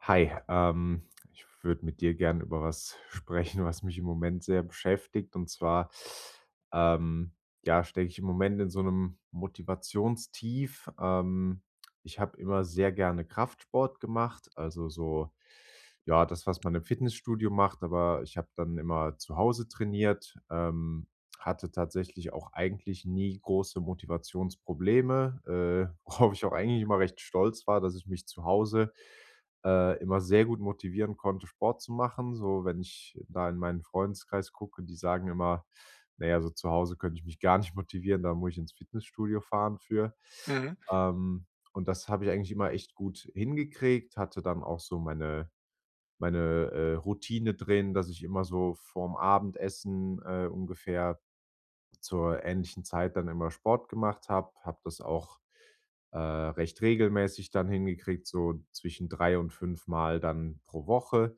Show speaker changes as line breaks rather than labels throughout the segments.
Hi, ich würde mit dir gern über was sprechen, was mich im Moment sehr beschäftigt. Und zwar, ähm, ja, stecke ich im Moment in so einem Motivationstief. Ich habe immer sehr gerne Kraftsport gemacht, also so, ja, das, was man im Fitnessstudio macht, aber ich habe dann immer zu Hause trainiert, hatte tatsächlich auch eigentlich nie große Motivationsprobleme, worauf ich auch eigentlich immer recht stolz war, dass ich mich zu Hause immer sehr gut motivieren konnte, Sport zu machen. So, wenn ich da in meinen Freundeskreis gucke, die sagen immer: „Naja, so zu Hause könnte ich mich gar nicht motivieren, da muss ich ins Fitnessstudio fahren für.“
Mhm,
Ähm, und das habe ich eigentlich immer echt gut hingekriegt, hatte dann auch so meine, Routine drin, dass ich immer so vorm Abendessen, ungefähr zur ähnlichen Zeit dann immer Sport gemacht habe, habe das auch, recht regelmäßig dann hingekriegt, so zwischen 3 und 5 Mal dann pro Woche.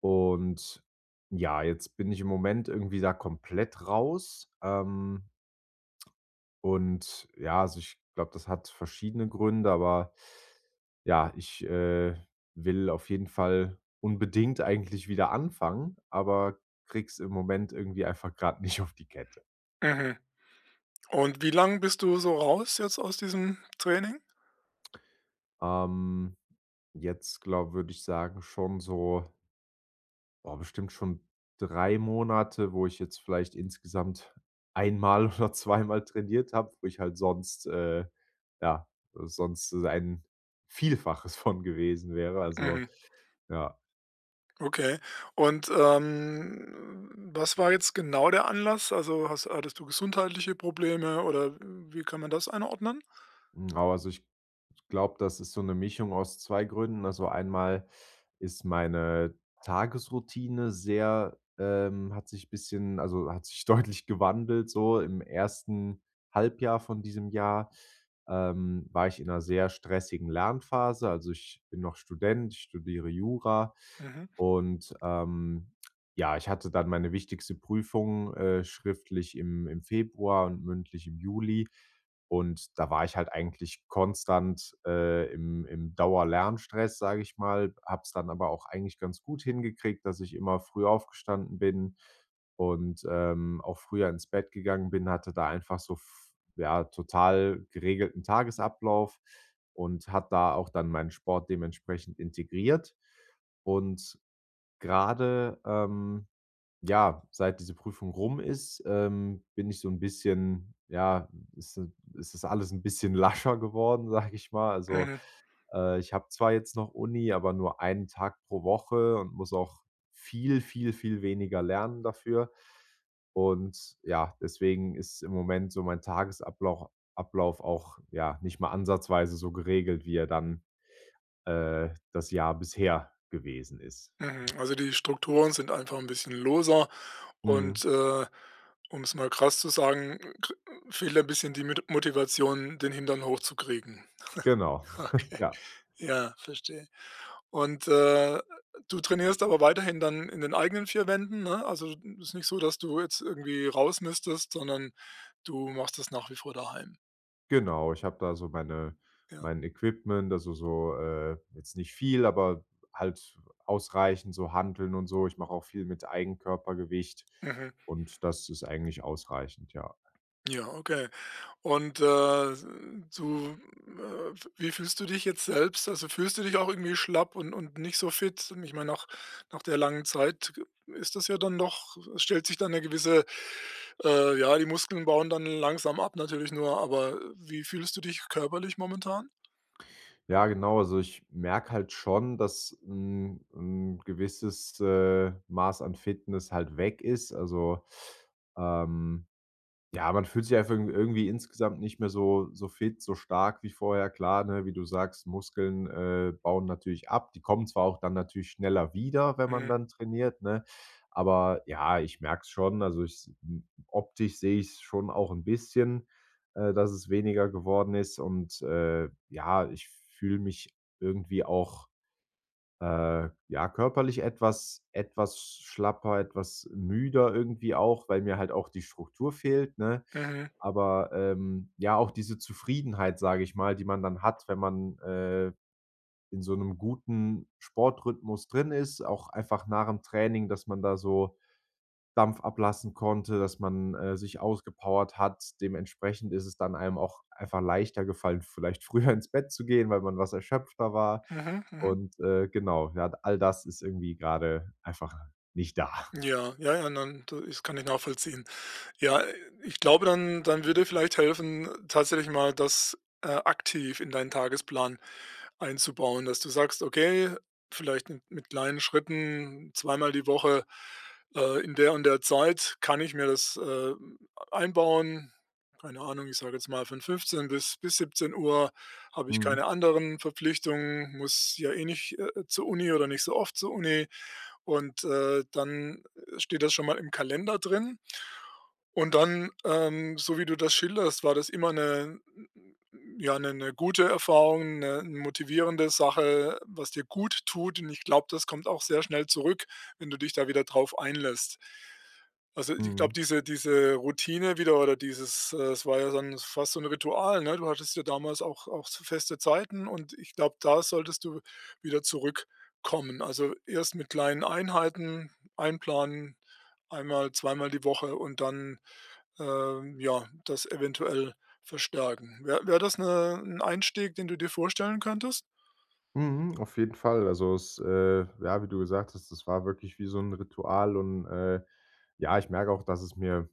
Und ja, jetzt bin ich im Moment irgendwie da komplett raus. Und ja, also ich glaube, das hat verschiedene Gründe, aber ja, ich will auf jeden Fall unbedingt eigentlich wieder anfangen, aber kriege es im Moment irgendwie einfach gerade nicht auf die Kette.
mhm. Und wie lang bist du so raus jetzt aus diesem Training?
Ähm, Jetzt glaube würde ich sagen, schon so boah, bestimmt schon 3 Monate, wo ich jetzt vielleicht insgesamt einmal oder zweimal trainiert habe, wo ich halt sonst, ja, sonst so ein Vielfaches von gewesen wäre. Also,
Mhm.
ja,
Okay. Und, was war jetzt genau der Anlass? Also, hast hattest du gesundheitliche Probleme oder wie kann man das einordnen?
aber also ich glaube, das ist so eine Mischung aus 2 Gründen. Also, einmal ist meine Tagesroutine sehr hat sich bisschen also, hat sich deutlich gewandelt so. Im ersten Halbjahr von diesem Jahr, war ich in einer sehr stressigen Lernphase. Also, ich bin noch Student, ich studiere Jura
Mhm.
und, ja, ich hatte dann meine wichtigste Prüfung, schriftlich im Februar und mündlich im Juli. Und da war ich halt eigentlich konstant, im Dauerlernstress, sage ich mal, habe es dann aber auch eigentlich ganz gut hingekriegt, dass ich immer früh aufgestanden bin und, auch früher ins Bett gegangen bin, hatte da einfach so f ja, total geregelten Tagesablauf und hat da auch dann meinen Sport dementsprechend integriert. Und gerade ja, seit diese Prüfung rum ist, bin ich so ein bisschen ja, ist ist das alles ein bisschen lascher geworden, sage ich mal. Also,
Mhm.
ich habe zwar jetzt noch Uni, aber nur einen Tag pro Woche und muss auch viel, viel, viel weniger lernen dafür. Und ja, deswegen ist im Moment so mein Tagesablauf Ablauf auch, ja, nicht mal ansatzweise so geregelt, wie er dann, das Jahr bisher gewesen ist.
Mhm, also die Strukturen sind einfach ein bisschen loser
Mhm,
und, um es mal krass zu sagen, k fehlt ein bisschen die Mit Motivation, den Hintern hochzukriegen.
genau,
Okay,
ja.
ja, verstehe. Und, du trainierst aber weiterhin dann in den eigenen 4 Wänden, ne? Also, es ist nicht so, dass du jetzt irgendwie raus müsstest, sondern du machst das nach wie vor daheim,
Genau, ich habe da so
ja?
mein Equipment, also so, jetzt nicht viel, aber halt ausreichend, so Hanteln und so. Ich mache auch viel mit Eigenkörpergewicht
Mhm.
und das ist eigentlich ausreichend, ja.
Ja, okay. Und, du, äh, wie fühlst du dich jetzt selbst? Also, fühlst du dich auch irgendwie schlapp und nicht so fit? Ich meine, nach der langen Zeit ist das ja dann noch es stellt sich dann eine gewisse ja, die Muskeln bauen dann langsam ab natürlich nur, aber wie fühlst du dich körperlich momentan?
Ja, genau, also ich merke halt schon, dass ein 'n gewisses, Maß an Fitness halt weg ist. Also, ähm ja, man fühlt sich einfach irgendwie insgesamt nicht mehr so fit, so stark wie vorher. Klar, ne, wie du sagst, Muskeln, bauen natürlich ab. Die kommen zwar auch dann natürlich schneller wieder, wenn man
Mhm.
dann trainiert, ne? Aber ja, ich merke es schon. Also, ich s m optisch sehe ich's schon auch 'n bisschen, dass es weniger geworden ist und, ja, ich fühle mich irgendwie auch ja, körperlich etwas schlapper, etwas müder irgendwie auch, weil mir halt auch die Struktur fehlt, ne?
Mhm.
Aber, ja, auch diese Zufriedenheit, sage ich mal, die man dann hat, wenn man, in so einem guten Sportrhythmus drin ist, auch einfach nach dem Training, dass man da so Dampf ablassen konnte, dass man, sich ausgepowert hat. Dementsprechend ist es dann einem auch einfach leichter gefallen, vielleicht früher ins Bett zu gehen, weil man was erschöpfter war.
Mhm. Mhm.
Und, genau, ja, all das ist irgendwie gerade einfach nicht da.
Ja, ja, ja, dann das kann ich nachvollziehen. Ja, ich glaube, dann würde vielleicht helfen, tatsächlich mal das, aktiv in deinen Tagesplan einzubauen, dass du sagst: „Okay, vielleicht mit kleinen Schritten zweimal die Woche, in der und der Zeit kann ich mir das, einbauen.“ Keine Ahnung, ich sage jetzt mal von 15 bis 17 Uhr habe ich
Mhm,
keine anderen Verpflichtungen, muss ja eh nicht, zur Uni oder nicht so oft zur Uni. Und, dann steht das schon mal im Kalender drin. Und dann, so wie du das schilderst, war das immer eine gute Erfahrung, ne, eine motivierende Sache, was dir gut tut. Und ich glaube, das kommt auch sehr schnell zurück, wenn du dich da wieder drauf einlässt. Also, ich glaube,
mhm,
diese Routine wieder oder es war ja dann fast so ein Ritual, ne? Du hattest ja damals auch so feste Zeiten und ich glaube, da solltest du wieder zurück kommen. Also, erst mit kleinen Einheiten einplanen, einmal, zweimal die Woche und dann, ja, das eventuell verstärken. Wäre das 'n Einstieg, den du dir vorstellen könntest?
mhm, auf jeden Fall. Also, ja, wie du gesagt hast, das war wirklich wie so ein Ritual und, ja, ich merke auch, dass es mir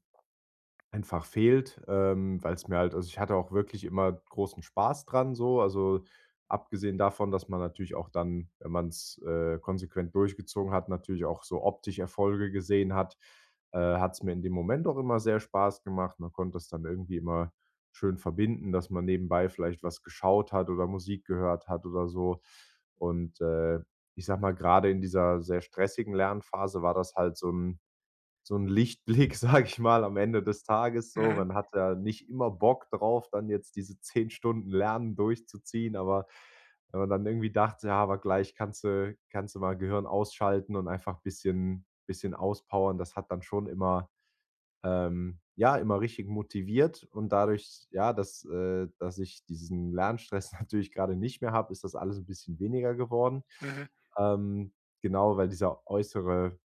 einfach fehlt, weil es mir halt also, ich hatte auch wirklich immer großen Spaß dran so. Also, abgesehen davon, dass man natürlich auch dann, wenn man's, konsequent durchgezogen hat, natürlich auch so optisch Erfolge gesehen hat, hat es mir in dem Moment auch immer sehr Spaß gemacht. Man konnte es dann irgendwie immer schön verbinden, dass man nebenbei vielleicht was geschaut hat oder Musik gehört hat oder so. Und, ich sage mal, gerade in dieser sehr stressigen Lernphase war das halt so ein 'n Lichtblick, sage ich mal, am Ende des Tages so.
Mhm,
Man hat ja nicht immer Bock drauf, dann jetzt diese 10 Stunden Lernen durchzuziehen, aber wenn man dann irgendwie dachte: „Ja, aber gleich kannst du mal Gehirn ausschalten und einfach bisschen auspowern“, das hat dann schon immer ja, immer richtig motiviert und dadurch, ja, dass ich diesen Lernstress natürlich grade nicht mehr habe, ist das alles 'n bisschen weniger geworden.
mhm,
Ähm, genau, weil dieser äußere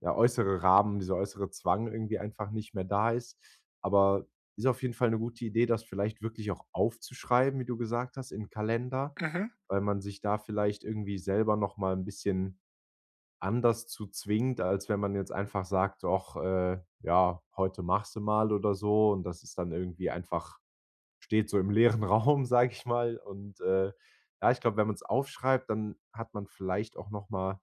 der äußere Rahmen, dieser äußere Zwang irgendwie einfach nicht mehr da ist. Aber ist auf jeden Fall eine gute Idee, das vielleicht wirklich auch aufzuschreiben, wie du gesagt hast, in Kalender,
mhm.
weil man sich da vielleicht irgendwie selber noch mal 'n bisschen anders zu zwingt, als wenn man jetzt einfach sagt: „Ach ja, heute machst du mal“ oder so. Und das ist dann irgendwie einfach steht so im leeren Raum, sage ich mal. Und, ja, ich glaube, wenn man es aufschreibt, dann hat man vielleicht auch noch mal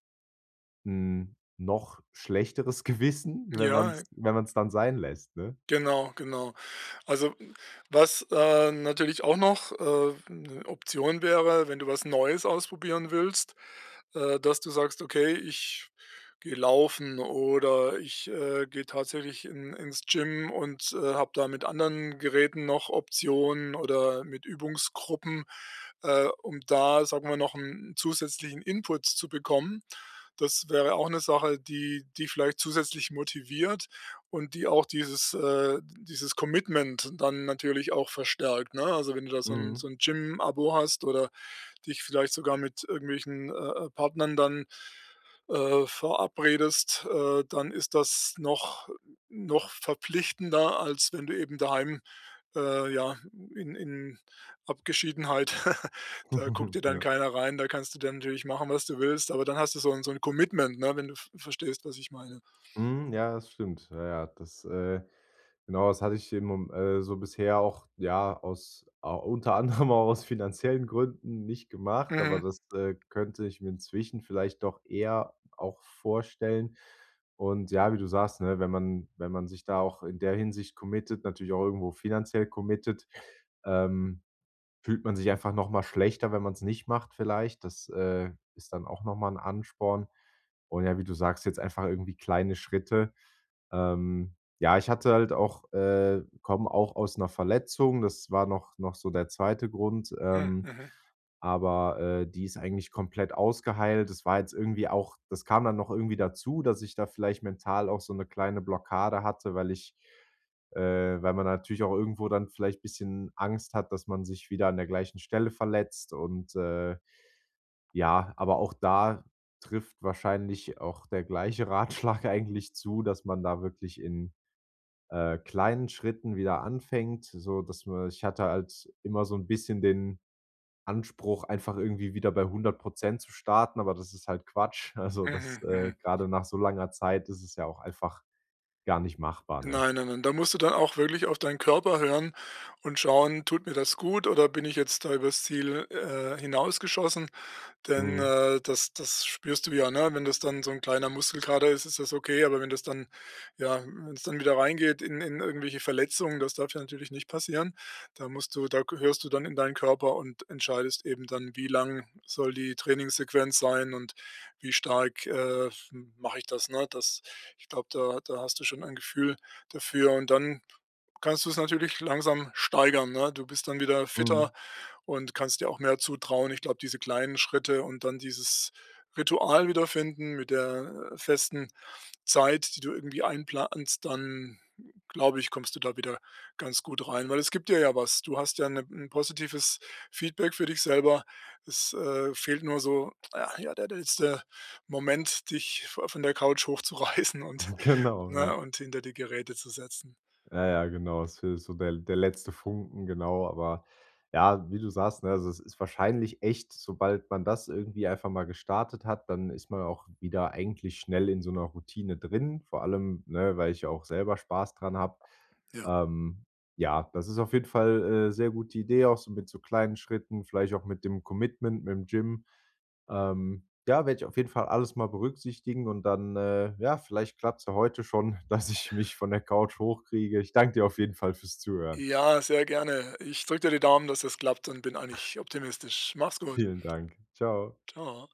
'n noch schlechteres Gewissen,
Ja,
wenn man's dann sein lässt, ne?
genau, genau. Also, was, natürlich auch noch, 'ne Option wäre, wenn du was Neues ausprobieren willst, dass du sagst: „Okay, ich gehe laufen oder ich, gehe tatsächlich in ins Gym und, habe da mit anderen Geräten noch Optionen oder mit Übungsgruppen“, um da, sagen wir, noch einen zusätzlichen Input zu bekommen. Das wäre auch eine Sache, die die vielleicht zusätzlich motiviert und die auch dieses Commitment dann natürlich auch verstärkt, ne? Also, wenn du da so ein
Mhm.
so ein Gym-Abo hast oder dich vielleicht sogar mit irgendwelchen, Partnern dann, verabredest, dann ist das noch verpflichtender, als wenn du eben daheim, ja, in Abgeschiedenheit da guckt dir dann
Ja.
keiner rein, da kannst du dann natürlich machen, was du willst, aber dann hast du so ein Commitment, ne, wenn du v verstehst, was ich meine.
Mhm, ja, das stimmt. Ja, ja, genau, das hatte ich im Mom so bisher auch, ja, aus a unter anderem auch aus finanziellen Gründen nicht gemacht, aber
Mhm.
das, könnte ich mir inzwischen vielleicht doch eher auch vorstellen. Und ja, wie du sagst, ne, wenn man sich da auch in der Hinsicht committet, natürlich auch irgendwo finanziell committet, ähm fühlt man sich einfach noch mal schlechter, wenn man es nicht macht vielleicht. Das, ist dann auch noch mal 'n Ansporn. Und ja, wie du sagst, jetzt einfach irgendwie kleine Schritte. Ja, ich hatte halt auch komme auch aus 'ner Verletzung. Das war noch so der zweite Grund.
Mhm. Mhm.
Aber, die ist eigentlich komplett ausgeheilt. Das war jetzt irgendwie auch das kam dann noch irgendwie dazu, dass ich da vielleicht mental auch so 'ne kleine Blockade hatte, weil man natürlich auch irgendwo dann vielleicht ein bisschen Angst hat, dass man sich wieder an der gleichen Stelle verletzt und, ja, aber auch da trifft wahrscheinlich auch der gleiche Ratschlag eigentlich zu, dass man da wirklich in, kleinen Schritten wieder anfängt, so dass man ich hatte halt immer so ein bisschen den Anspruch, einfach irgendwie wieder bei 100 zu starten, aber das ist halt Quatsch. Also,
Mhm. Mhm.
grade nach so langer Zeit ist es ja auch einfach gar nicht machbar, ne?
Nein, nein, nein. Da musst du dann auch wirklich auf deinen Körper hören und schauen, tut mir das gut oder bin ich jetzt da übers Ziel, hinausgeschossen? Denn,
Mhm,
das spürst du ja, ne? Wenn das dann so ein kleiner Muskelkater ist, ist das okay, aber wenn es dann wieder reingeht in irgendwelche Verletzungen, das darf ja natürlich nicht passieren. Da hörst du dann in deinen Körper und entscheidest eben dann, wie lang soll die Trainingssequenz sein und wie stark, mache ich das, ne? Das ich glaube, da hast du schon ein Gefühl dafür und dann kannst du es natürlich langsam steigern, ne? Du bist dann wieder
mhm.
fitter und kannst dir auch mehr zutrauen. Ich glaube, diese kleinen Schritte und dann dieses Ritual wiederfinden mit der, festen Zeit, die du irgendwie einplanst, dann glaube ich, kommst du da wieder ganz gut rein, weil es gibt dir ja was. Du hast ja 'n positives Feedback für dich selber. Es, fehlt nur so, der letzte Moment, dich von der Couch hochzureißen und
Genau,
ne,
ja.
und hinter die Geräte zu setzen.
Ja, ja, genau. Es fehlt so der letzte Funken, genau. Aber ja, wie du sagst, ne, also es ist wahrscheinlich echt, sobald man das irgendwie einfach mal gestartet hat, dann ist man auch wieder eigentlich schnell in so einer Routine drin, vor allem, ne, weil ich ja auch selber Spaß dran habe.
Ja.
Ähm, ja, das ist auf jeden Fall, sehr gute Idee, auch so mit so kleinen Schritten, vielleicht auch mit dem Commitment mit dem Gym. Ja, werde ich auf jeden Fall alles mal berücksichtigen und dann, ja, vielleicht klappt's ja heute schon, dass ich mich von der Couch hochkriege. Ich danke dir auf jeden Fall fürs Zuhören.
Ja, sehr gerne. Ich drücke dir die Daumen, dass das klappt und bin eigentlich optimistisch. Mach's gut.
Vielen Dank. Ciao.
Tschau.